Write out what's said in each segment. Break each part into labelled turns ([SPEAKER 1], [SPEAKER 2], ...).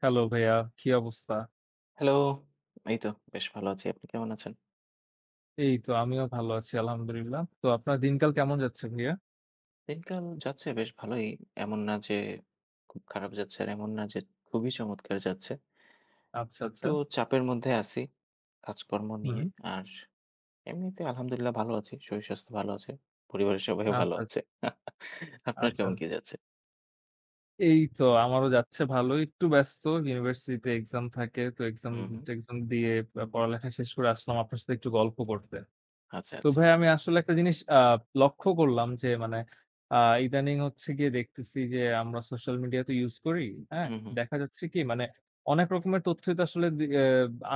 [SPEAKER 1] Hello ভাইয়া, কি অবস্থা?
[SPEAKER 2] হ্যালো! এই তো বেশ ভালো আছি। আপনি কেমন আছেন?
[SPEAKER 1] এই তো আমিও ভালো আছি আলহামদুলিল্লাহ। তো আপনার দিনকাল কেমন যাচ্ছে ভাইয়া?
[SPEAKER 2] দিনকাল যাচ্ছে বেশ ভালোই। এমন না যে খুব খারাপ যাচ্ছে, আর এমন না যে খুবই চমৎকার যাচ্ছে।
[SPEAKER 1] আচ্ছা, আচ্ছা।
[SPEAKER 2] একটু চাপের মধ্যে আছি কাজকর্ম
[SPEAKER 1] হুম।
[SPEAKER 2] নিয়ে। আর এমনিতে আলহামদুলিল্লাহ ভালো আছি। শরীর-স্বাস্থ্য ভালো আছে। পরিবারের সবাইও ভালো
[SPEAKER 1] আচ্ছা, আচ্ছা,
[SPEAKER 2] আছে। আপনার
[SPEAKER 1] আচ্ছা,
[SPEAKER 2] কেমন কি
[SPEAKER 1] আচ্ছা।
[SPEAKER 2] যাচ্ছে?
[SPEAKER 1] এই তো আমারও যাচ্ছে ভালোই। একটু ব্যস্ত। ইউনিভার্সিটিতে এক্সাম থাকে। তো
[SPEAKER 2] হুম, হুম।
[SPEAKER 1] এক্সাম-টেক্সাম দিয়ে পড়ালেখা শেষ করে আসলাম আপনার সাথে একটু গল্প করতে।
[SPEAKER 2] আচ্ছা,
[SPEAKER 1] তো
[SPEAKER 2] আচ্ছা।
[SPEAKER 1] ভাই আমি আসলে একটা জিনিস লক্ষ্য করলাম যে মানে আ ইদানিং হচ্ছে গিয়ে দেখতেছি যে আমরা সোশ্যাল মিডিয়া তো ইউজ করি, হ্যাঁ?
[SPEAKER 2] হুম, হুম।
[SPEAKER 1] দেখা যাচ্ছে কি মানে অনেক রকমের তথ্যই তো আসলে দি এ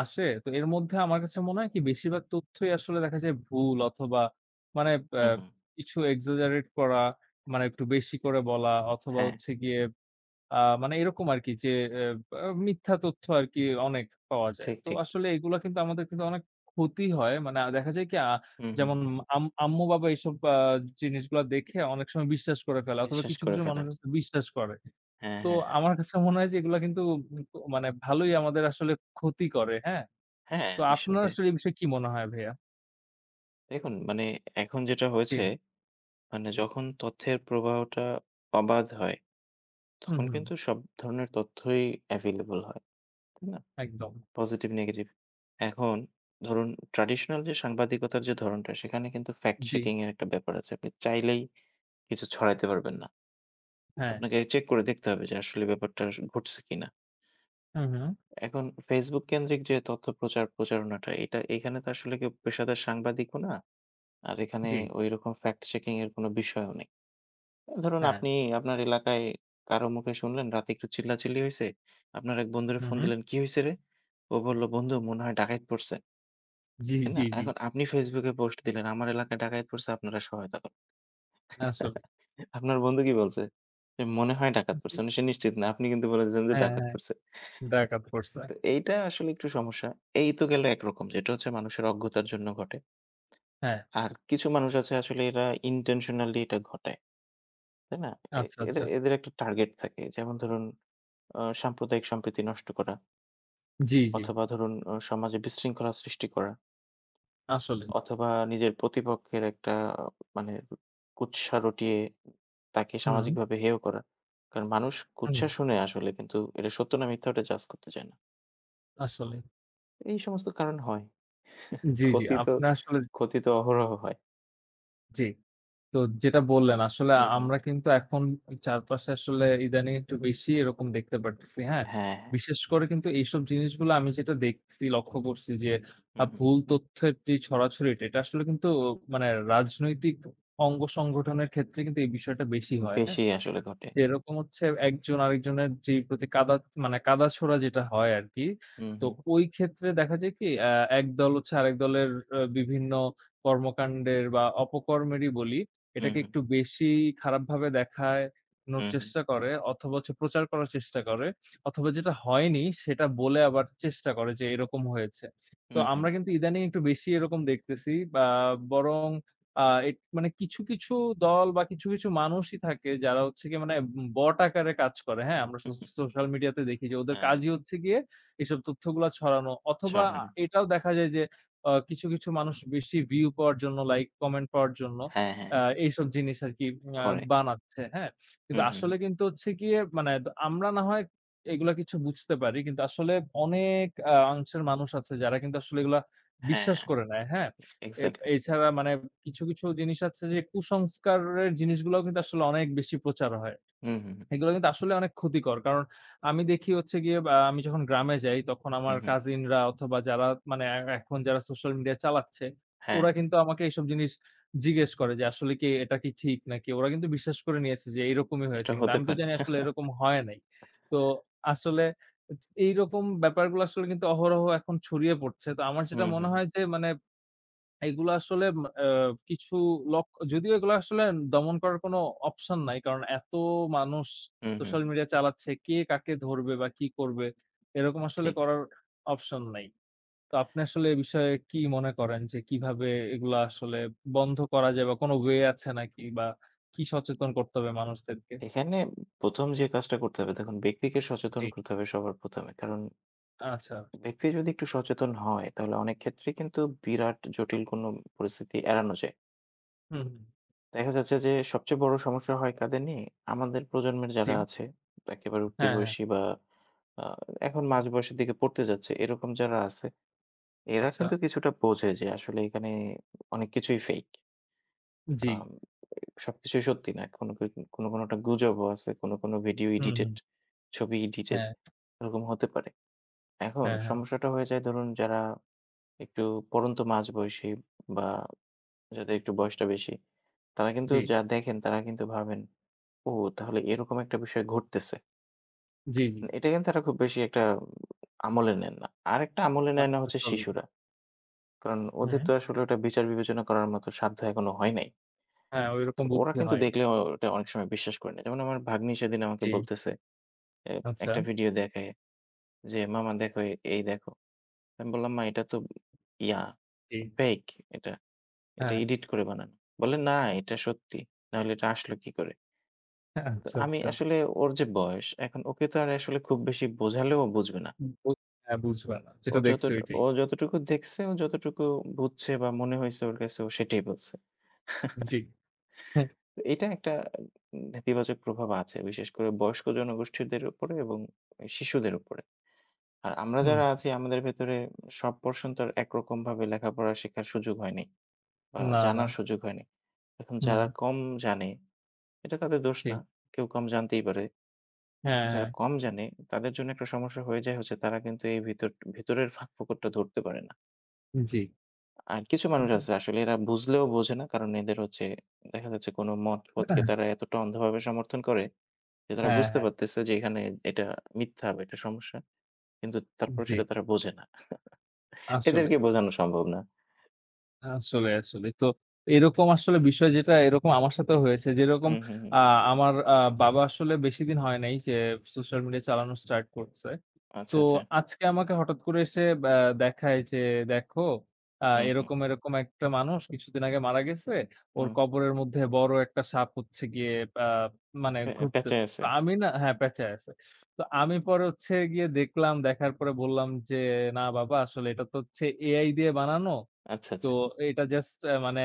[SPEAKER 1] আসে। তো এর মধ্যে আমার কাছে মনে হয় কি বেশিরভাগ তথ্যই আসলে দেখা যায় ভুল অথবা মানে আ
[SPEAKER 2] হুম, হুম।
[SPEAKER 1] কিছু exaggerate করা, মানে একটু বেশি করে বলা অথবা
[SPEAKER 2] হ্যাঁ,
[SPEAKER 1] হচ্ছে গিয়ে আ মানে এরকম আরকি যে অ্যা আ মিথ্যা তথ্য আরকি অনেক পাওয়া যায়।
[SPEAKER 2] ঠিক,
[SPEAKER 1] তো
[SPEAKER 2] ঠিক।
[SPEAKER 1] আসলে এগুলা কিন্তু আমাদের কিন্তু অনেক ক্ষতি হয়। মানে দেখা যায় কি
[SPEAKER 2] হুম, হুম,
[SPEAKER 1] যেমন
[SPEAKER 2] হুম।
[SPEAKER 1] আম্মু-বাবা এইসব জিনিসগুলা দেখে অনেক সময় বিশ্বাস করে ফেলে অথবা
[SPEAKER 2] বিশ্বাস
[SPEAKER 1] কিছু,
[SPEAKER 2] করে
[SPEAKER 1] কিছু মানুষ
[SPEAKER 2] ফেলেন।
[SPEAKER 1] আছে বিশ্বাস করে।
[SPEAKER 2] হ্যাঁ,
[SPEAKER 1] তো
[SPEAKER 2] হ্যাঁ, হ্যাঁ।
[SPEAKER 1] আমার কাছে মনে হয় যে এগুলা কিন্তু উম ক মানে ভালোই আমাদের আসলে ক্ষতি করে, হ্যাঁ?
[SPEAKER 2] হ্যাঁ,
[SPEAKER 1] তো আপনার
[SPEAKER 2] নিঃসন্দেহে।
[SPEAKER 1] আসলে এই বিষয়ে কি মনে হয় ভাইয়া?
[SPEAKER 2] দেখুন মানে এখন যেটা
[SPEAKER 1] জি।
[SPEAKER 2] হয়েছে মানে যখন তথ্যের প্রবাহটা অবাধ হয়,
[SPEAKER 1] হুম,
[SPEAKER 2] তখন
[SPEAKER 1] হুম।
[SPEAKER 2] কিন্তু সব ধরনের তথ্যই available হয়, তাই না?
[SPEAKER 1] একদম।
[SPEAKER 2] Positive, negative. এখন ধরুন ট্র্যাডিশনাল যে সাংবাদিকতার যে ধরনটা, সেখানে কিন্তু ফ্যাক্ট
[SPEAKER 1] জি।
[SPEAKER 2] চেকিং এর একটা ব্যাপার আছে। আপনি চাইলেই কিছু ছড়াইতে পারবেন না।
[SPEAKER 1] হ্যাঁ।
[SPEAKER 2] আপনাকে চেক করে দেখতে হবে যে আসলে ব্যাপারটা ঘটছে কিনা।
[SPEAKER 1] হুম, হুম।
[SPEAKER 2] এখন Facebook কেন্দ্রিক যে তথ্য প্রচার প্রচারণাটা, এটা এখানে তো আসলে কেউ পেশাদার সাংবাদিকও না। আর এখানে
[SPEAKER 1] জি।
[SPEAKER 2] ঐরকম ফ্যাক্ট চেকিং এর কোনো বিষয়ও নেই। ধরুন
[SPEAKER 1] হ্যাঁ।
[SPEAKER 2] আপনি আপনার এলাকায় কারো মুখে শুনলেন রাতে একটু চিল্লাচিল্লি হইছে। আপনার এক বন্ধুরে
[SPEAKER 1] হুম,
[SPEAKER 2] ফোন
[SPEAKER 1] হুম।
[SPEAKER 2] দিলেন, "কি হইছে রে?" ও বলল, "বন্ধু মনে হয় ডাকাত পড়ছে।"
[SPEAKER 1] জি,
[SPEAKER 2] তাই না?
[SPEAKER 1] জি, জি।
[SPEAKER 2] এখন আপনি Facebook এ পোস্ট দিলেন, "আমার এলাকায় ডাকাত পড়ছে আপনারা সহায়তা করেন।"
[SPEAKER 1] আসলেই।
[SPEAKER 2] আপনার বন্ধু কি বলছে? যে, "মনে হয় ডাকাত
[SPEAKER 1] জি।
[SPEAKER 2] পড়ছে।" মানে সে নিশ্চিত না। আপনি কিন্তু বলে দিলেন যে
[SPEAKER 1] হ্যাঁ,
[SPEAKER 2] ডাকাত
[SPEAKER 1] হ্যাঁ।
[SPEAKER 2] পড়ছে।
[SPEAKER 1] ব্যাকআপ করছে।
[SPEAKER 2] তো এইটা আসলে একটু সমস্যা। এই তো গেল একরকম যেটা হচ্ছে মানুষের অজ্ঞতার জন্য ঘটে।
[SPEAKER 1] হ্যাঁ।
[SPEAKER 2] আর কিছু মানুষ আছে আসলে এরা intentionally এটা ঘটায়। তাই না? এ
[SPEAKER 1] আচ্ছা,
[SPEAKER 2] এদের
[SPEAKER 1] আচ্ছা।
[SPEAKER 2] এদের একটা টার্গেট থাকে। যেমন ধরুন সাম্প্রদায়িক সম্প্রীতি নষ্ট করা
[SPEAKER 1] জি, জি।
[SPEAKER 2] অথবা ধরুন সমাজে বিশৃঙ্খলা সৃষ্টি করা
[SPEAKER 1] আসলেই।
[SPEAKER 2] অথবা নিজের প্রতিপক্ষের একটা আহ, মানে কুৎসা রটিয়ে তাকে
[SPEAKER 1] হুম,
[SPEAKER 2] সামাজিকভাবে হেয় করা। কারণ মানুষ
[SPEAKER 1] হুম।
[SPEAKER 2] কুৎসা শুনে আসলে কিন্তু এটা সত্য না মিথ্যা ওটা জাজ করতে চায় না।
[SPEAKER 1] আসলেই।
[SPEAKER 2] এই সমস্ত কারণ হয়।
[SPEAKER 1] জি, জি।
[SPEAKER 2] ক্ষতি তো
[SPEAKER 1] আপনি আসলে
[SPEAKER 2] ক্ষতি তো অহরহ হয়।
[SPEAKER 1] জি। তো যেটা বললেন আসলে
[SPEAKER 2] হুম, হুম।
[SPEAKER 1] আমরা কিন্তু এখন চারপাশে আসলে ইদানিং একটু বেশি এরকম দেখতে পারতেছি। হ্যাঁ?
[SPEAKER 2] হ্যাঁ, হ্যাঁ।
[SPEAKER 1] বিশেষ করে কিন্তু এইসব জিনিসগুলো আমি যেটা দেখছি, লক্ষ্য করছি যে
[SPEAKER 2] হুম, হুম।
[SPEAKER 1] ভুল তথ্যের যে ছড়াছড়িটা এটা আসলে কিন্তু মানে রাজনৈতিক অঙ্গ সংগঠনের ক্ষেত্রে কিন্তু এই বিষয়টা বেশি হয়। হ্যাঁ?
[SPEAKER 2] বেশি আসলে ঘটে।
[SPEAKER 1] যেরকম হচ্ছে একজন আরেকজনের যেই প্রতি কাদা মানে কাদা ছোঁড়া যেটা হয় আরকি।
[SPEAKER 2] হুম,
[SPEAKER 1] তো
[SPEAKER 2] হুম।
[SPEAKER 1] ওই ক্ষেত্রে দেখা যায় কি একদল হচ্ছে আরেক দলের বিভিন্ন কর্মকাণ্ডের বা অপকর্মেরই বলি,
[SPEAKER 2] হুম,
[SPEAKER 1] এটাকে
[SPEAKER 2] হুম।
[SPEAKER 1] একটু বেশি খারাপভাবে দেখানোর
[SPEAKER 2] হুম, হুম।
[SPEAKER 1] চেষ্টা করে অথবা হচ্ছে প্রচার করার চেষ্টা করে অথবা যেটা হয়নি সেটা বলে আবার চেষ্টা করে যে এরকম হয়েছে। তো
[SPEAKER 2] হুম, হুম।
[SPEAKER 1] আমরা কিন্তু ইদানিং একটু বেশি এরকম দেখতেছি বা বরং আ এট মানে কিছু, কিছু দল বা কিছু, কিছু মানুষই থাকে যারা হচ্ছে গিয়ে মানে বট আকারে কাজ করে, হ্যাঁ? আমরা
[SPEAKER 2] হুম হুম।
[SPEAKER 1] সোশ্যাল মিডিয়াতে দেখি যে ওদের
[SPEAKER 2] হ্যাঁ,
[SPEAKER 1] কাজই হচ্ছে গিয়ে এসব তথ্যগুলা ছড়ানো। অথবা
[SPEAKER 2] ছড়ানো।
[SPEAKER 1] এটাও দেখা যায় যে কিছু, কিছু মানুষ বেশি ভিউ পাওয়ার জন্য, লাইক, কমেন্ট পাওয়ার জন্য
[SPEAKER 2] হ্যাঁ, হ্যাঁ,
[SPEAKER 1] আ
[SPEAKER 2] হ্যাঁ।
[SPEAKER 1] এইসব জিনিস আরকি আ
[SPEAKER 2] করে।
[SPEAKER 1] বানাচ্ছে, হ্যাঁ? কিন্তু
[SPEAKER 2] হুম, হুম, হুম।
[SPEAKER 1] আসলে কিন্তু হচ্ছে গিয়ে মানে আমরা না হয় এগুলা কিছু বুঝতে পারি। কিন্তু আসলে অনেক অংশের মানুষ আছে যারা কিন্তু আসলে এগুলা
[SPEAKER 2] হ্যাঁ।
[SPEAKER 1] বিশ্বাস করে নেয়, হ্যাঁ?
[SPEAKER 2] এক্সাক্টলি।
[SPEAKER 1] এছাড়া মানে কিছু, কিছু জিনিস আছে যে কুসংস্কারের জিনিসগুলাও কিন্তু আসলে অনেক বেশি প্রচার হয়।
[SPEAKER 2] হুম, হুম,
[SPEAKER 1] এগুলো কিন্তু আসলে অনেক ক্ষতিকর। কারণ আমি দেখি হচ্ছে গিয়ে বা আমি যখন গ্রামে যাই তখন
[SPEAKER 2] হুম,
[SPEAKER 1] আমার
[SPEAKER 2] হুম।
[SPEAKER 1] কাজিনরা অথবা যারা মানে এখন যারা সোশ্যাল মিডিয়া চালাচ্ছে,
[SPEAKER 2] হ্যাঁ,
[SPEAKER 1] ওরা কিন্তু আমাকে এইসব জিনিস জিজ্ঞেস করে যে আসলে কি এটা কি ঠিক নাকি ওরা কিন্তু বিশ্বাস করে নিয়েছে যে এইরকমই
[SPEAKER 2] এটা
[SPEAKER 1] হয়েছে। কিন্তু
[SPEAKER 2] হতে
[SPEAKER 1] আমি তো
[SPEAKER 2] পারে।
[SPEAKER 1] জানি আসলে এরকম হয় নাই। তো আসলে এইরকম ব্যাপারগুলো আসলে কিন্তু অহরহ এখন ছড়িয়ে পড়ছে। তো আমার যেটা
[SPEAKER 2] হুম,
[SPEAKER 1] মনে
[SPEAKER 2] হুম,
[SPEAKER 1] হয় যে মানে এগুলো আসলে ম আ কিছু লক যদিও এগুলো আসলে দমন করার কোনো অপশন নাই। কারণ এত মানুষ
[SPEAKER 2] হুম, হুম,
[SPEAKER 1] সোশ্যাল
[SPEAKER 2] হুম।
[SPEAKER 1] মিডিয়া চালাচ্ছে, কে কাকে ধরবে বা কি করবে? এরকম আসলে
[SPEAKER 2] ঠিক।
[SPEAKER 1] করার অপশন নাই। তো আপনি আসলে এ বিষয়ে কি মনে করেন যে কিভাবে এগুলা আসলে বন্ধ করা যায় বা কোনো ওয়ে আছে নাকি? বা কি সচেতন করতে হবে মানুষদেরকে?
[SPEAKER 2] এখানে ১ম যে কাজটা করতে হবে দেখুন ব্যক্তিকে সচেতন
[SPEAKER 1] জি।
[SPEAKER 2] করতে হবে সবার ১ম এ। কারণ
[SPEAKER 1] আচ্ছা।
[SPEAKER 2] ব্যক্তি যদি একটু সচেতন হয় তাহলে অনেক ক্ষেত্রেই কিন্তু বিরাট জটিল কোনো পরিস্থিতি এড়ানো যায়।
[SPEAKER 1] হুম, হুম।
[SPEAKER 2] দেখা যাচ্ছে যে সবচেয়ে বড় সমস্যা হয় কাদের নিয়ে? আমাদের প্রজন্মের
[SPEAKER 1] জি।
[SPEAKER 2] যারা আছে একেবারে উঠতি
[SPEAKER 1] হ্যাঁ, হ্যাঁ।
[SPEAKER 2] বয়সী বা আ এখন মাঝ বয়সের দিকে পড়তে যাচ্ছে এরকম যারা আছে এরা
[SPEAKER 1] আচ্ছা।
[SPEAKER 2] কিন্তু কিছুটা বোঝে যে আসলে এখানে অনেক কিছুই ফেক।
[SPEAKER 1] জি।
[SPEAKER 2] আম সবকিছুই সত্যি না। কোনো কোনোটা গুজবও আছে। কোনো, কোনো ভিডিও
[SPEAKER 1] হুম,
[SPEAKER 2] এডিটেড,
[SPEAKER 1] হুম।
[SPEAKER 2] ছবি এডিটেড
[SPEAKER 1] হ্যাঁ,
[SPEAKER 2] এরকম হতে পারে। এখন
[SPEAKER 1] হ্যাঁ, হ্যাঁ।
[SPEAKER 2] সমস্যাটা হয়ে যায় ধরুন যারা একটু পড়ন্ত মাঝবয়সী বা যাদের একটু বয়সটা বেশি, তারা কিন্তু
[SPEAKER 1] জি,
[SPEAKER 2] যা দেখেন তারা কিন্তু ভাবেন, "ও তাহলে এরকম একটা বিষয় ঘটতেছে।"
[SPEAKER 1] জি, জি।
[SPEAKER 2] মানে এটা কিন্তু তারা খুব বেশি একটা আমলে নেন না। আরেকটা আমলে নেয় না হচ্ছে
[SPEAKER 1] আসলেই।
[SPEAKER 2] শিশুরা। কারণ
[SPEAKER 1] হুম।
[SPEAKER 2] ওদের তো আসলে ওটা বিচার বিবেচনা করার মতো সাধ্য এখনো হয় নাই।
[SPEAKER 1] হ্যাঁ,
[SPEAKER 2] তো
[SPEAKER 1] ওইরকম
[SPEAKER 2] ওরা
[SPEAKER 1] বুদ্ধি
[SPEAKER 2] কিন্তু
[SPEAKER 1] হয়।
[SPEAKER 2] দেখলেও ওটা অনেক সময় বিশ্বাস করে না। যেমন আমার ভাগ্নি সেদিন আমাকে
[SPEAKER 1] জি,
[SPEAKER 2] বলতেছে, এ
[SPEAKER 1] আচ্ছা।
[SPEAKER 2] একটা ভিডিও দেখায় যে, "মামা দেখো এই দেখো।" আমি বললাম, "মা এটা তো ইয়া
[SPEAKER 1] জি।
[SPEAKER 2] ফেক এটা। এটা
[SPEAKER 1] হ্যাঁ,
[SPEAKER 2] এডিট করে বানানো।" বলে, "না এটা সত্যি। নাহলে এটা আসলো কি করে?" তো
[SPEAKER 1] আচ্ছা,
[SPEAKER 2] আমি
[SPEAKER 1] আচ্ছা।
[SPEAKER 2] আসলে ওর যে বয়স, এখন ওকে তো আর আসলে খুব বেশি বোঝালেও বুঝবে না।
[SPEAKER 1] বু হ্যাঁ, বুঝবে না।
[SPEAKER 2] ও
[SPEAKER 1] যেটা
[SPEAKER 2] যত
[SPEAKER 1] দেখছি ওইটাই।
[SPEAKER 2] ও যতটুকু দেখছে, ও যতটুকু বুঝছে বা মনে হইছে ওর কাছে ও সেটাই বলছে।
[SPEAKER 1] জি। হ্যাঁ,
[SPEAKER 2] তো এটা একটা নেতিবাচক প্রভাব আছে। বিশেষ করে বয়স্ক জনগোষ্ঠীদের উপরে এবং শিশুদের উপরে। আর আমরা
[SPEAKER 1] হুম।
[SPEAKER 2] যারা আছি আমাদের ভেতরে সব পোর্শন তো আর একরকমভাবে লেখাপড়া শেখার সুযোগ হয়নি বা
[SPEAKER 1] না, না।
[SPEAKER 2] জানার সুযোগ হয়নি। এখন
[SPEAKER 1] হুম,
[SPEAKER 2] যারা কম জানে এটা তাদের দোষ না।
[SPEAKER 1] ঠিক।
[SPEAKER 2] কেউ কম জানতেই পারে।
[SPEAKER 1] হ্যাঁ,
[SPEAKER 2] এখন যারা
[SPEAKER 1] হ্যাঁ।
[SPEAKER 2] কম জানে তাদের জন্য একটা সমস্যা হয়ে যায় হচ্ছে তারা কিন্তু এই ভিতর ভিতরের ফাঁক ফোকরটা ধরতে পারে না।
[SPEAKER 1] জি।
[SPEAKER 2] আর কিছু মানুষ আছে আসলে এরা বুঝলেও বোঝে না। কারণ এদের হচ্ছে দেখা যাচ্ছে কোনো মত পথকে তারা এতটা অন্ধভাবে সমর্থন করে যে তারা
[SPEAKER 1] হ্যাঁ,
[SPEAKER 2] বুঝতে
[SPEAKER 1] হ্যাঁ।
[SPEAKER 2] পারতেছে যে এখানে এটা মিথ্যা বা এটা সমস্যা। কিন্তু তারপরে
[SPEAKER 1] জি।
[SPEAKER 2] সেটা তারা বোঝে না।
[SPEAKER 1] আসলে,
[SPEAKER 2] এদেরকে বোঝানো সম্ভব না।
[SPEAKER 1] আসলে, আসলে। তো এরকম আসলে বিষয় যেটা এরকম আমার সাথেও হয়েছে। যেরকম
[SPEAKER 2] হুম, হুম, হুম।
[SPEAKER 1] আ আমার বাবা আসলে বেশিদিন হয় নাই যে সোশ্যাল মিডিয়া চালানো স্টার্ট করছে। তো
[SPEAKER 2] আচ্ছা, আচ্ছা।
[SPEAKER 1] আজকে আমাকে হঠাৎ করে এসে দেখায় যে, "দেখো
[SPEAKER 2] হুম, হুম,
[SPEAKER 1] এরকম, এরকম একটা মানুষ কিছুদিন আগে মারা গেছে। ওর
[SPEAKER 2] হুম।
[SPEAKER 1] কবরের মধ্যে বড় একটা সাপ হচ্ছে গিয়ে আ মানে
[SPEAKER 2] প্যাঁচায়
[SPEAKER 1] ঘুরতেছে।"
[SPEAKER 2] আছে।
[SPEAKER 1] তো আমি না হ্যাঁ, পেঁচায় আছে। তো আমি পরে হচ্ছে গিয়ে দেখলাম, দেখার পরে বললাম যে, "না বাবা আসলে এটা তো হচ্ছে এআই দিয়ে বানানো।
[SPEAKER 2] আচ্ছা,
[SPEAKER 1] তো
[SPEAKER 2] আচ্ছা।
[SPEAKER 1] এটা জাস্ট মানে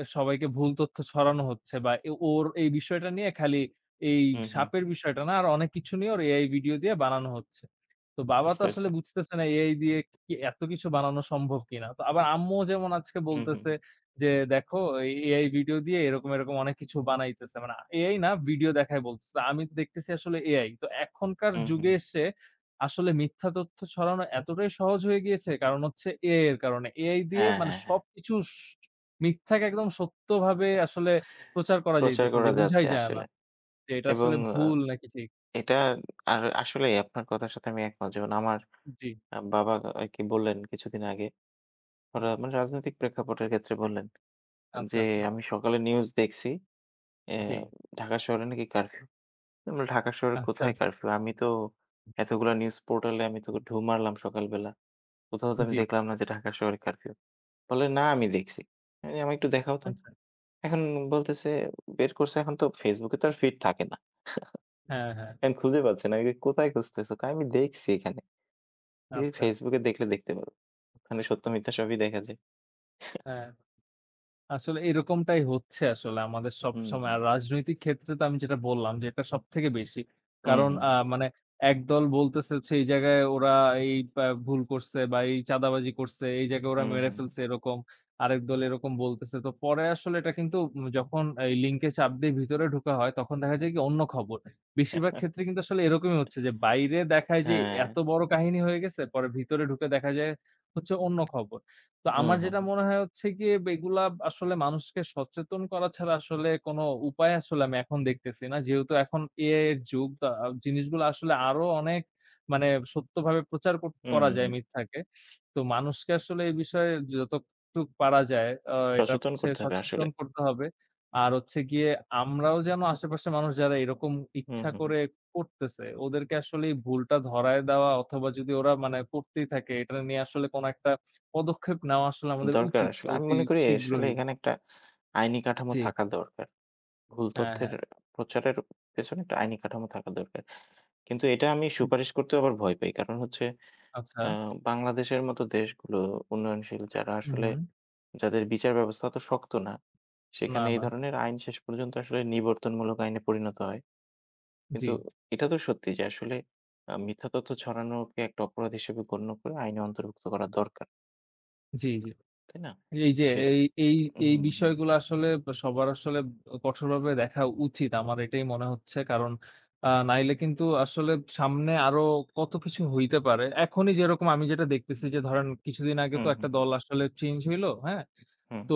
[SPEAKER 1] সবাইকে ভুল তথ্য ছড়ানো হচ্ছে বা ওর এই বিষয়টা নিয়ে খালি এই
[SPEAKER 2] হুম, হুম।
[SPEAKER 1] সাপের বিষয়টা না, আর অনেক কিছু নিয়ে ওর এআই ভিডিও দিয়ে বানানো হচ্ছে। তো বাবা তো
[SPEAKER 2] বুঝতে পারছি।
[SPEAKER 1] আসলে বুঝতেছে না এআই দিয়ে কি এত কিছু বানানো সম্ভব কিনা। তো আবার আম্মুও যেমন আজকে
[SPEAKER 2] হুম, হুম,
[SPEAKER 1] বলতেছে
[SPEAKER 2] হুম।
[SPEAKER 1] যে, "দেখো এই এআই ভিডিও দিয়ে এরকম, এরকম অনেক কিছু বানাইতেছে।" মানে এআই না ভিডিও দেখায় বলতেছে। আমি তো দেখতেছি আসলে এআই। তো এখনকার
[SPEAKER 2] হুম, হুম,
[SPEAKER 1] যুগে
[SPEAKER 2] হুম।
[SPEAKER 1] এসে আসলে মিথ্যা তথ্য ছড়ানো এতটাই সহজ হয়ে গিয়েছে কারণ হচ্ছে AI এর কারণে। AI দিয়ে
[SPEAKER 2] হ্যাঁ,
[SPEAKER 1] মানে
[SPEAKER 2] হ্যাঁ, হ্যাঁ।
[SPEAKER 1] সবকিছু মিথ্যাকে একদম সত্যভাবে আসলে প্রচার করা
[SPEAKER 2] প্রচার
[SPEAKER 1] যাইতেছে
[SPEAKER 2] করা
[SPEAKER 1] যে
[SPEAKER 2] যাচ্ছে
[SPEAKER 1] বুঝাই যায় না
[SPEAKER 2] আসলে।
[SPEAKER 1] যে এটা
[SPEAKER 2] এবং
[SPEAKER 1] আসলে ভুল নাকি ঠিক।
[SPEAKER 2] এটা আর আসলেই আপনার কথার সাথে আমি একমত। যেমন আমার
[SPEAKER 1] জি,
[SPEAKER 2] বাবা আরকি বললেন কিছুদিন আগে। ওরা
[SPEAKER 1] হুম।
[SPEAKER 2] মানে রাজনৈতিক প্রেক্ষাপটের ক্ষেত্রে বললেন
[SPEAKER 1] আচ্ছা,
[SPEAKER 2] যে,
[SPEAKER 1] আচ্ছা।
[SPEAKER 2] "আমি সকালে নিউজ দেখছি, অ্যা
[SPEAKER 1] জি।
[SPEAKER 2] ঢাকা শহরে নাকি কারফিউ" আমরা ঢাকা শহরে
[SPEAKER 1] আচ্ছা,
[SPEAKER 2] কোথায়
[SPEAKER 1] আচ্ছা।
[SPEAKER 2] কারফিউ? আমি তো এতগুলা নিউজ পোর্টালে আমি তো ঢু মারলাম সকালবেলা। কোথাও তো আমি
[SPEAKER 1] জি।
[SPEAKER 2] দেখলাম না যে ঢাকা শহরে কারফিউ। বলে, "না আমি দেখছি।" আমি বলি, "আমায় একটু দেখাও তো।"
[SPEAKER 1] আচ্ছা।
[SPEAKER 2] এখন বলতেছে বের করছে এখন তো Facebook এ তো আর ফিড থাকে না।
[SPEAKER 1] হ্যাঁ, হ্যাঁ।
[SPEAKER 2] এখন খুঁজে পাচ্ছে না। আমি কই, "কোথায় খুঁজতেছো?" কয়, "আমি দেখছি এখানে।" এই
[SPEAKER 1] আচ্ছা।
[SPEAKER 2] Facebook এ দেখলে দেখতে পারো। ওখানে সত্য মিথ্যা সবই দেখা যায়।
[SPEAKER 1] হ্যাঁ। আসলে এরকমটাই হচ্ছে আসলে আমাদের
[SPEAKER 2] হুম,
[SPEAKER 1] সবসময়।
[SPEAKER 2] হুম।
[SPEAKER 1] আর রাজনৈতিক ক্ষেত্রে তো আমি যেটা বললাম যে এটা সবথেকে বেশি।
[SPEAKER 2] হুম,
[SPEAKER 1] কারণ
[SPEAKER 2] হুম,
[SPEAKER 1] মানে একদল বলতেছে হচ্ছে এই জায়গায় ওরা এই পা ভুল করছে বা এই চাঁদাবাজি করছে, এই জায়গায় ওরা
[SPEAKER 2] হুম, হুম,
[SPEAKER 1] মেরে
[SPEAKER 2] হুম, হুম।
[SPEAKER 1] ফেলছে এরকম। আরেক দল এরকম বলতেছে। তো পরে আসলে এটা কিন্তু যখন এই লিঙ্কে চাপ দিয়ে ভিতরে ঢোকা হয় তখন দেখা যায় কি অন্য খবর। বেশিরভাগ ক্ষেত্রে কিন্তু আসলে এরকমই হচ্ছে যে বাইরে দেখায় যে
[SPEAKER 2] হ্যাঁ।
[SPEAKER 1] এত বড় কাহিনী হয়ে গেছে, পরে ভিতরে ঢুকে দেখা যায় হচ্ছে অন্য খবর। তো
[SPEAKER 2] হুম,
[SPEAKER 1] আমার
[SPEAKER 2] হুম,
[SPEAKER 1] যেটা
[SPEAKER 2] হুম,
[SPEAKER 1] মনে হয় হচ্ছে গিয়ে এগুলা আসলে মানুষকে সচেতন করা ছাড়া আসলে কোনো উপায় আসলে আমি এখন দেখতেছি না। যেহেতু এখন এআই এর যুগ তা আ জিনিসগুলো আসলে আরো অনেক মানে সত্যভাবে প্রচার কর
[SPEAKER 2] হুম,
[SPEAKER 1] করা
[SPEAKER 2] হুম,
[SPEAKER 1] যায়
[SPEAKER 2] হুম।
[SPEAKER 1] মিথ্যাকে। তো মানুষকে আসলে এই বিষয়ে যতটুক পারা যায় এটা
[SPEAKER 2] সচেতন
[SPEAKER 1] হচ্ছে
[SPEAKER 2] করতে হবে আসলে।
[SPEAKER 1] সচেতন করতে হবে। আর হচ্ছে গিয়ে আমরাও যেন আশেপাশের মানুষ যারা এরকম
[SPEAKER 2] হুম,
[SPEAKER 1] ইচ্ছা
[SPEAKER 2] হুম, হুম।
[SPEAKER 1] করে করতেছে, ওদেরকে আসলে এই ভুলটা ধরায় দেওয়া অথবা যদি ওরা মানে করতেই থাকে এটা নিয়ে আসলে কোনো একটা পদক্ষেপ নেওয়া আসলে আমাদের
[SPEAKER 2] দরকার
[SPEAKER 1] উচিত
[SPEAKER 2] আসলে। আমি
[SPEAKER 1] অতি
[SPEAKER 2] মনে করি আসলে
[SPEAKER 1] শীঘ্রই।
[SPEAKER 2] এখানে একটা আইনি কাঠামো
[SPEAKER 1] জি।
[SPEAKER 2] থাকা দরকার। ভুল
[SPEAKER 1] হ্যাঁ,
[SPEAKER 2] তথ্যের
[SPEAKER 1] হ্যাঁ।
[SPEAKER 2] প্রচারের পেছনে একটা আইনি কাঠামো থাকা দরকার। কিন্তু এটা আমি
[SPEAKER 1] উম
[SPEAKER 2] সুপারিশ করতেও আবার ভয় পাই। কারণ হচ্ছে
[SPEAKER 1] আচ্ছা।
[SPEAKER 2] আ বাংলাদেশের মতো দেশগুলো উন্নয়নশীল যারা
[SPEAKER 1] হুম,
[SPEAKER 2] আসলে
[SPEAKER 1] হুম।
[SPEAKER 2] যাদের বিচার ব্যবস্থা অত শক্ত না,
[SPEAKER 1] না,
[SPEAKER 2] সেখানে এই
[SPEAKER 1] না।
[SPEAKER 2] ধরনের আইন শেষ পর্যন্ত আসলে নিবর্তনমূলক আইনে পরিণত হয়।
[SPEAKER 1] জি,
[SPEAKER 2] কিন্তু এটা তো সত্যি যে আসলে মিথ্যা তথ্য ছড়ানোকে একটা অপরাধ হিসেবে গণ্য করে আইনে অন্তর্ভুক্ত করা দরকার।
[SPEAKER 1] জি, জি।
[SPEAKER 2] তাই না?
[SPEAKER 1] এই যে
[SPEAKER 2] যে
[SPEAKER 1] এই এই এই
[SPEAKER 2] হুম, হুম,
[SPEAKER 1] বিষয়গুলো আসলে সবার আসলে কঠোরভাবে দেখা উচিত। আমার এটাই মনে হচ্ছে। কারণ নাইলে কিন্তু আসলে সামনে আরো কত কিছু হইতে পারে। এখনই যেরকম আমি যেটা দেখতেছি যে ধরেন কিছুদিন আগে তো
[SPEAKER 2] হুম, হুম,
[SPEAKER 1] একটা দল আসলে চেঞ্জ হইল, হ্যাঁ?
[SPEAKER 2] হুম।
[SPEAKER 1] তো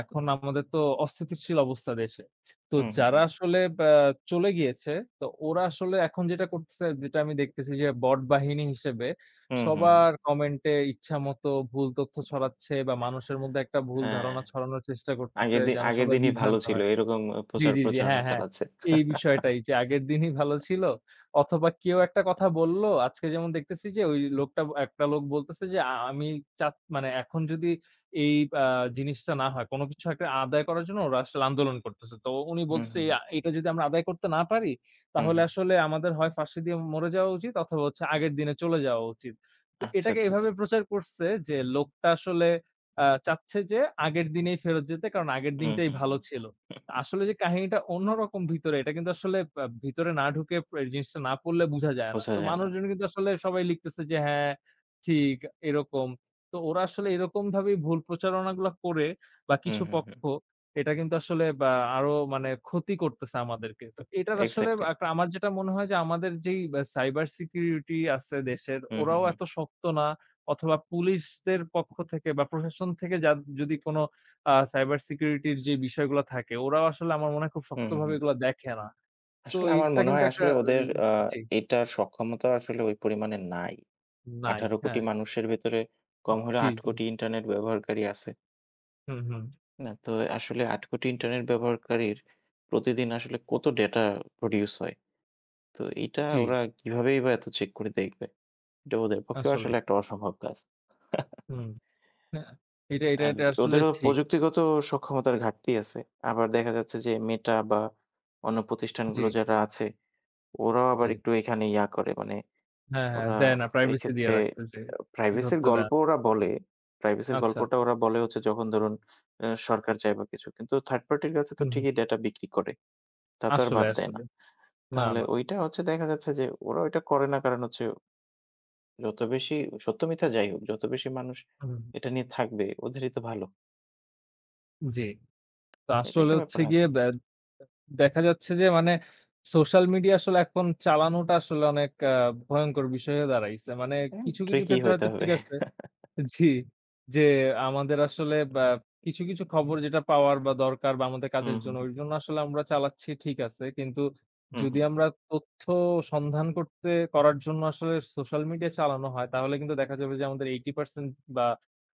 [SPEAKER 1] এখন আমাদের তো অস্থিতিশীল অবস্থা দেশে। তো
[SPEAKER 2] হুম, হুম,
[SPEAKER 1] যারা
[SPEAKER 2] হুম।
[SPEAKER 1] আসলে চলে গিয়েছে, তো ওরা আসলে এখন যেটা করতেছে, যেটা আমি দেখতেছি যে বট বাহিনী হিসেবে
[SPEAKER 2] হুম, হুম, হুম।
[SPEAKER 1] সবার কমেন্টে ইচ্ছামতো ভুল তথ্য ছড়াচ্ছে বা মানুষের মধ্যে একটা ভুল
[SPEAKER 2] হ্যাঁ,
[SPEAKER 1] ধারণা ছড়ানোর চেষ্টা করতেছে যেন
[SPEAKER 2] আগের
[SPEAKER 1] সবাই
[SPEAKER 2] দিনই ভালো
[SPEAKER 1] বিভ্রান্ত
[SPEAKER 2] ছিল।
[SPEAKER 1] হয়।
[SPEAKER 2] এরকম
[SPEAKER 1] জি,
[SPEAKER 2] প্রচার
[SPEAKER 1] জি, জি।
[SPEAKER 2] প্রচারণা
[SPEAKER 1] হ্যাঁ, হ্যাঁ।
[SPEAKER 2] চালাচ্ছে।
[SPEAKER 1] এই বিষয়টাই যে আগের দিনই ভালো ছিল। অথবা কেউ একটা কথা বলল, আজকে যেমন দেখতেছি যে ওই লোকটা একটা লোক বলতেছে যে আমি মানে এখন যদি এই আ জিনিসটা না হয়, কোন কিছু একটা আদায় করার জন্য ওরা আসলে আন্দোলন করতেছে। তো উনি
[SPEAKER 2] হুম,
[SPEAKER 1] বলতেছে
[SPEAKER 2] হুম,
[SPEAKER 1] "এই এটা যদি আমরা আদায় করতে না পারি,
[SPEAKER 2] হুম,
[SPEAKER 1] তাহলে
[SPEAKER 2] হুম।
[SPEAKER 1] আসলে আমাদের হয় ফাঁসি দিয়ে মরে যাওয়া উচিত অথবা হচ্ছে আগের দিনে চলে যাওয়া উচিত।" তো
[SPEAKER 2] আচ্ছা,
[SPEAKER 1] এটাকে
[SPEAKER 2] আচ্ছা,
[SPEAKER 1] এভাবে
[SPEAKER 2] আচ্ছা।
[SPEAKER 1] প্রচার করছে যে লোকটা আসলে চাচ্ছে যে আগের দিনেই ফেরত যেতে কারণ আগের
[SPEAKER 2] হুম,
[SPEAKER 1] দিনটাই
[SPEAKER 2] হুম,
[SPEAKER 1] ভালো
[SPEAKER 2] হুম।
[SPEAKER 1] ছিল। আসলে যে কাহিনীটা অন্যরকম ভিতরে এটা কিন্তু আসলে ভিতরে না ঢুকে জিনিসটা না পড়লে বুঝা যায় না।
[SPEAKER 2] বোঝা
[SPEAKER 1] তো
[SPEAKER 2] যায় না।
[SPEAKER 1] মানুষজন কিন্তু আসলে সবাই লিখতেছে যে হ্যাঁ, ঠিক এরকম। তো ওরা আসলে এরকম ভাবেই ভুল প্রচারণাগুলা করে বা
[SPEAKER 2] হুম,
[SPEAKER 1] কিছু
[SPEAKER 2] হুম, হুম।
[SPEAKER 1] পক্ষ এটা কিন্তু আসলে বা আরো মানে ক্ষতি করতেছে আমাদেরকে। তো এটার আসলে
[SPEAKER 2] এক্সাক্টলি।
[SPEAKER 1] একটা আমার যেটা মনে হয় যে আমাদের যেই সাইবার সিকিউরিটি আছে দেশের
[SPEAKER 2] হুম, হুম,
[SPEAKER 1] ওরাও
[SPEAKER 2] হুম।
[SPEAKER 1] এত শক্ত না অথবা পুলিশদের পক্ষ থেকে বা প্রশাসন থেকে যদি কোন সাইবার সিকিউরিটির যে বিষয়গুলা থাকে, ওরাও আসলে আমার মনে হয় খুব
[SPEAKER 2] হুম, হুম,
[SPEAKER 1] শক্তভাবে
[SPEAKER 2] হুম।
[SPEAKER 1] এগুলা দেখে না। তো
[SPEAKER 2] আসলে আমার
[SPEAKER 1] এটা
[SPEAKER 2] মনে
[SPEAKER 1] কিন্তু
[SPEAKER 2] হয়
[SPEAKER 1] একটা
[SPEAKER 2] আসলে ওদের
[SPEAKER 1] রি জি,
[SPEAKER 2] এটার সক্ষমতা আসলে ওই পরিমাণে নাই।
[SPEAKER 1] নাই।
[SPEAKER 2] ১৮ কোটি
[SPEAKER 1] হ্যাঁ,
[SPEAKER 2] মানুষের ভেতরে কম হলেও
[SPEAKER 1] জি,
[SPEAKER 2] ৮
[SPEAKER 1] জি।
[SPEAKER 2] কোটি ইন্টারনেট ব্যবহারকারী আছে।
[SPEAKER 1] হুম, হুম।
[SPEAKER 2] না? তো আসলে ৮ কোটি ইন্টারনেট ব্যবহারকারীর প্রতিদিন আসলে কত ডেটা প্রডিউস হয়? তো এইটা
[SPEAKER 1] জি,
[SPEAKER 2] ওরা কিভাবেই বা এত চেক করে দেখবে? এটা ওদের পক্ষেও আসলে
[SPEAKER 1] আসলেই।
[SPEAKER 2] একটা অসম্ভব কাজ।
[SPEAKER 1] হুম। হ্যাঁ, এটা এটা
[SPEAKER 2] আর
[SPEAKER 1] এটা
[SPEAKER 2] যে
[SPEAKER 1] আসলে
[SPEAKER 2] ওদেরও
[SPEAKER 1] ঠিক।
[SPEAKER 2] প্রযুক্তিগত সক্ষমতার ঘাটতি আছে। আবার দেখা যাচ্ছে যে Meta বা অন্য
[SPEAKER 1] জি,
[SPEAKER 2] প্রতিষ্ঠানগুলো যারা আছে, ওরাও আবার
[SPEAKER 1] জি।
[SPEAKER 2] একটু এখানে ইয়া করে মানে
[SPEAKER 1] হ্যাঁ, হ্যাঁ,
[SPEAKER 2] ওরা
[SPEAKER 1] দেয় না। প্রাইভেসি দিয়ে
[SPEAKER 2] এক্ষেত্রে
[SPEAKER 1] রাখছে যে
[SPEAKER 2] প্রাইভেসির
[SPEAKER 1] ধরতে দেয়
[SPEAKER 2] গল্প
[SPEAKER 1] না।
[SPEAKER 2] ওরা বলে। প্রাইভেসির
[SPEAKER 1] আচ্ছা।
[SPEAKER 2] গল্পটা ওরা বলে হচ্ছে যখন ধরুন সরকার চায় বা কিছু। কিন্তু থার্ড পার্টির কাছে তো
[SPEAKER 1] হুম,
[SPEAKER 2] ঠিকই
[SPEAKER 1] হুম।
[SPEAKER 2] ডেটা বিক্রি করে। তা তো আর
[SPEAKER 1] আসলে,
[SPEAKER 2] বাদ দেয় না।
[SPEAKER 1] আসলে। না,
[SPEAKER 2] তাহলে
[SPEAKER 1] না।
[SPEAKER 2] ওইটা হচ্ছে দেখা যাচ্ছে যে ওরা ওইটা করে না কারণ হচ্ছে যত বেশি সত্য মিথ্যা যাই হোক, যত বেশি মানুষ
[SPEAKER 1] হুম,
[SPEAKER 2] এটা নিয়ে থাকবে ওদেরই তো ভালো।
[SPEAKER 1] জি। তো
[SPEAKER 2] এটা
[SPEAKER 1] আসলে
[SPEAKER 2] একটা
[SPEAKER 1] হচ্ছে
[SPEAKER 2] ব্যাপার
[SPEAKER 1] গিয়ে
[SPEAKER 2] আছে।
[SPEAKER 1] দেখা যাচ্ছে যে মানে সোশ্যাল মিডিয়া আসলে এখন চালানোটা আসলে অনেক ভয়ংকর বিষয় হয়ে দাঁড়াইছে। মানে কিছু, কিছু
[SPEAKER 2] ট্রিকি
[SPEAKER 1] ক্ষেত্রে
[SPEAKER 2] হইতে
[SPEAKER 1] হয়তো
[SPEAKER 2] হবে।
[SPEAKER 1] ঠিক আছে। জি, যে আমাদের আসলে বা কিছু, কিছু খবর যেটা পাওয়ার বা দরকার বা আমাদের
[SPEAKER 2] হুম,
[SPEAKER 1] কাজের
[SPEAKER 2] হুম,
[SPEAKER 1] জন্য, ওই জন্য আসলে আমরা চালাচ্ছি ঠিক আছে। কিন্তু
[SPEAKER 2] হুম,
[SPEAKER 1] যদি
[SPEAKER 2] হুম,
[SPEAKER 1] আমরা তথ্য সন্ধান করতে করার জন্য আসলে সোশ্যাল মিডিয়া চালানো হয়, তাহলে কিন্তু দেখা যাবে যে আমাদের 80% বা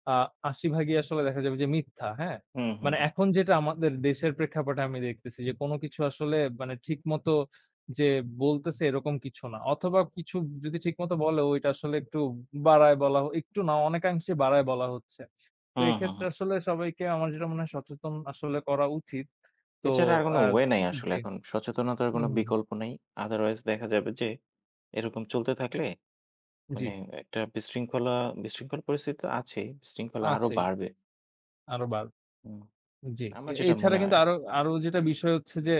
[SPEAKER 1] আ ৮০ ভাগই আসলে দেখা যাবে যে মিথ্যা, হ্যাঁ?
[SPEAKER 2] হুম, হুম,
[SPEAKER 1] মানে
[SPEAKER 2] হুম,
[SPEAKER 1] এখন যেটা আমাদের দেশের প্রেক্ষাপটে আমি দেখতেছি যে, কোন কিছু আসলে মানে ঠিকমতো যে বলতেছে এরকম কিছু না। অথবা কিছু যদি ঠিকমতো বলেও এটা আসলে একটু বাড়ায় বলা হ একটু না অনেকাংশে বাড়ায় বলা হচ্ছে। তো
[SPEAKER 2] হুম, হুম।
[SPEAKER 1] এক্ষেত্রে
[SPEAKER 2] হুম।
[SPEAKER 1] আসলে সবাইকে আমার যেটা মনে হয় সচেতন আসলে করা উচিত। তো
[SPEAKER 2] এছাড়া আর কোনো
[SPEAKER 1] আ
[SPEAKER 2] ওয়ে নাই আসলে
[SPEAKER 1] জি।
[SPEAKER 2] এখন। সচেতনতার
[SPEAKER 1] হুম,
[SPEAKER 2] কোনো
[SPEAKER 1] হুম।
[SPEAKER 2] বিকল্প নেই। আদারওয়াইজ দেখা যাবে যে এরকম চলতে থাকলে
[SPEAKER 1] জি,
[SPEAKER 2] মানে একটা বিশৃঙ্খলা বিশৃঙ্খল পরিস্থিতি তো আছেই। বিশৃঙ্খলা আরো
[SPEAKER 1] আছেই।
[SPEAKER 2] বাড়বে।
[SPEAKER 1] আরো বাড়বে।
[SPEAKER 2] হুম,
[SPEAKER 1] জি।
[SPEAKER 2] আমার যেটা
[SPEAKER 1] এছাড়া
[SPEAKER 2] মনে হয়।
[SPEAKER 1] কিন্তু আরো, আরো যেটা বিষয় হচ্ছে যে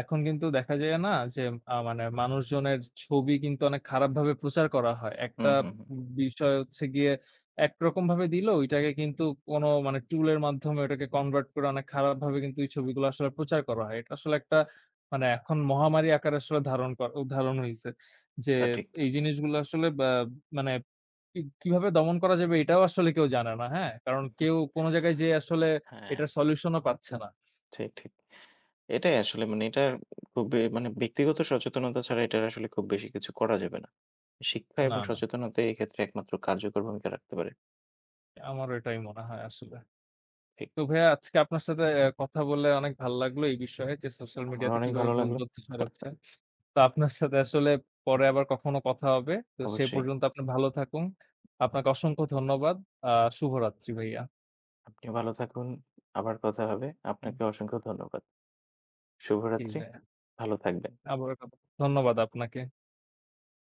[SPEAKER 1] এখন কিন্তু দেখা যায় না যে মানে মানুষজনের ছবি কিন্তু অনেক খারাপভাবে প্রচার করা হয়। একটা
[SPEAKER 2] হুম, হুম, হুম।
[SPEAKER 1] বিষয় হচ্ছে গিয়ে একরকমভাবে দিল ওইটাকে কিন্তু কোনো মানে টুলের মাধ্যমে ওটাকে convert করে অনেক খারাপভাবে কিন্তু এই ছবিগুলো আসলে প্রচার করা হয়। এটা আসলে একটা মানে এখন মহামারী আকারে আসলে ধারণ হইছে। যে
[SPEAKER 2] তা ঠিক।
[SPEAKER 1] এই জিনিসগুলো আসলে বা মানে কিভাবে দমন করা যাবে এটাও আসলে কেউ জানে না, হ্যাঁ? কারণ কেউ কোন জায়গায় যেয়ে আসলে
[SPEAKER 2] হ্যাঁ,
[SPEAKER 1] এটার সলিউশনও পাচ্ছে না।
[SPEAKER 2] ঠিক, ঠিক। এটাই আসলে মানে এটা খুব মানে ব্যক্তিগত সচেতনতা ছাড়া এটার আসলে খুব বেশি কিছু করা যাবে না। শিক্ষা
[SPEAKER 1] না,
[SPEAKER 2] এবং
[SPEAKER 1] না।
[SPEAKER 2] সচেতনতা এক্ষেত্রে একমাত্র কার্যকর ভূমিকা রাখতে পারে।
[SPEAKER 1] আমারও এটাই মনে হয় আসলে।
[SPEAKER 2] ঠিক।
[SPEAKER 1] তো ভাইয়া আজকে আপনার সাথে কথা বলে অনেক ভাল লাগলো এই বিষয়ে যে সোশ্যাল
[SPEAKER 2] আমারও
[SPEAKER 1] মিডিয়াতে
[SPEAKER 2] অনেক
[SPEAKER 1] কিভাবে
[SPEAKER 2] ভালো
[SPEAKER 1] ভুল
[SPEAKER 2] লাগলো।
[SPEAKER 1] তথ্য ছড়াচ্ছে। তো আপনার সাথে আসলে পরে আবার কখনো কথা হবে। তো সে
[SPEAKER 2] অবশ্যই।
[SPEAKER 1] পর্যন্ত আপনি ভালো থাকুন। আপনাকে অসংখ্য ধন্যবাদ। আ শুভরাত্রি ভাইয়া।
[SPEAKER 2] আপনিও ভালো থাকুন। আবার কথা হবে। আপনাকে অসংখ্য ধন্যবাদ।
[SPEAKER 1] জি
[SPEAKER 2] শুভরাত্রি।
[SPEAKER 1] ভাইয়া।
[SPEAKER 2] ভালো থাকবেন।
[SPEAKER 1] আবারও কথা ধন্যবাদ আপনাকে।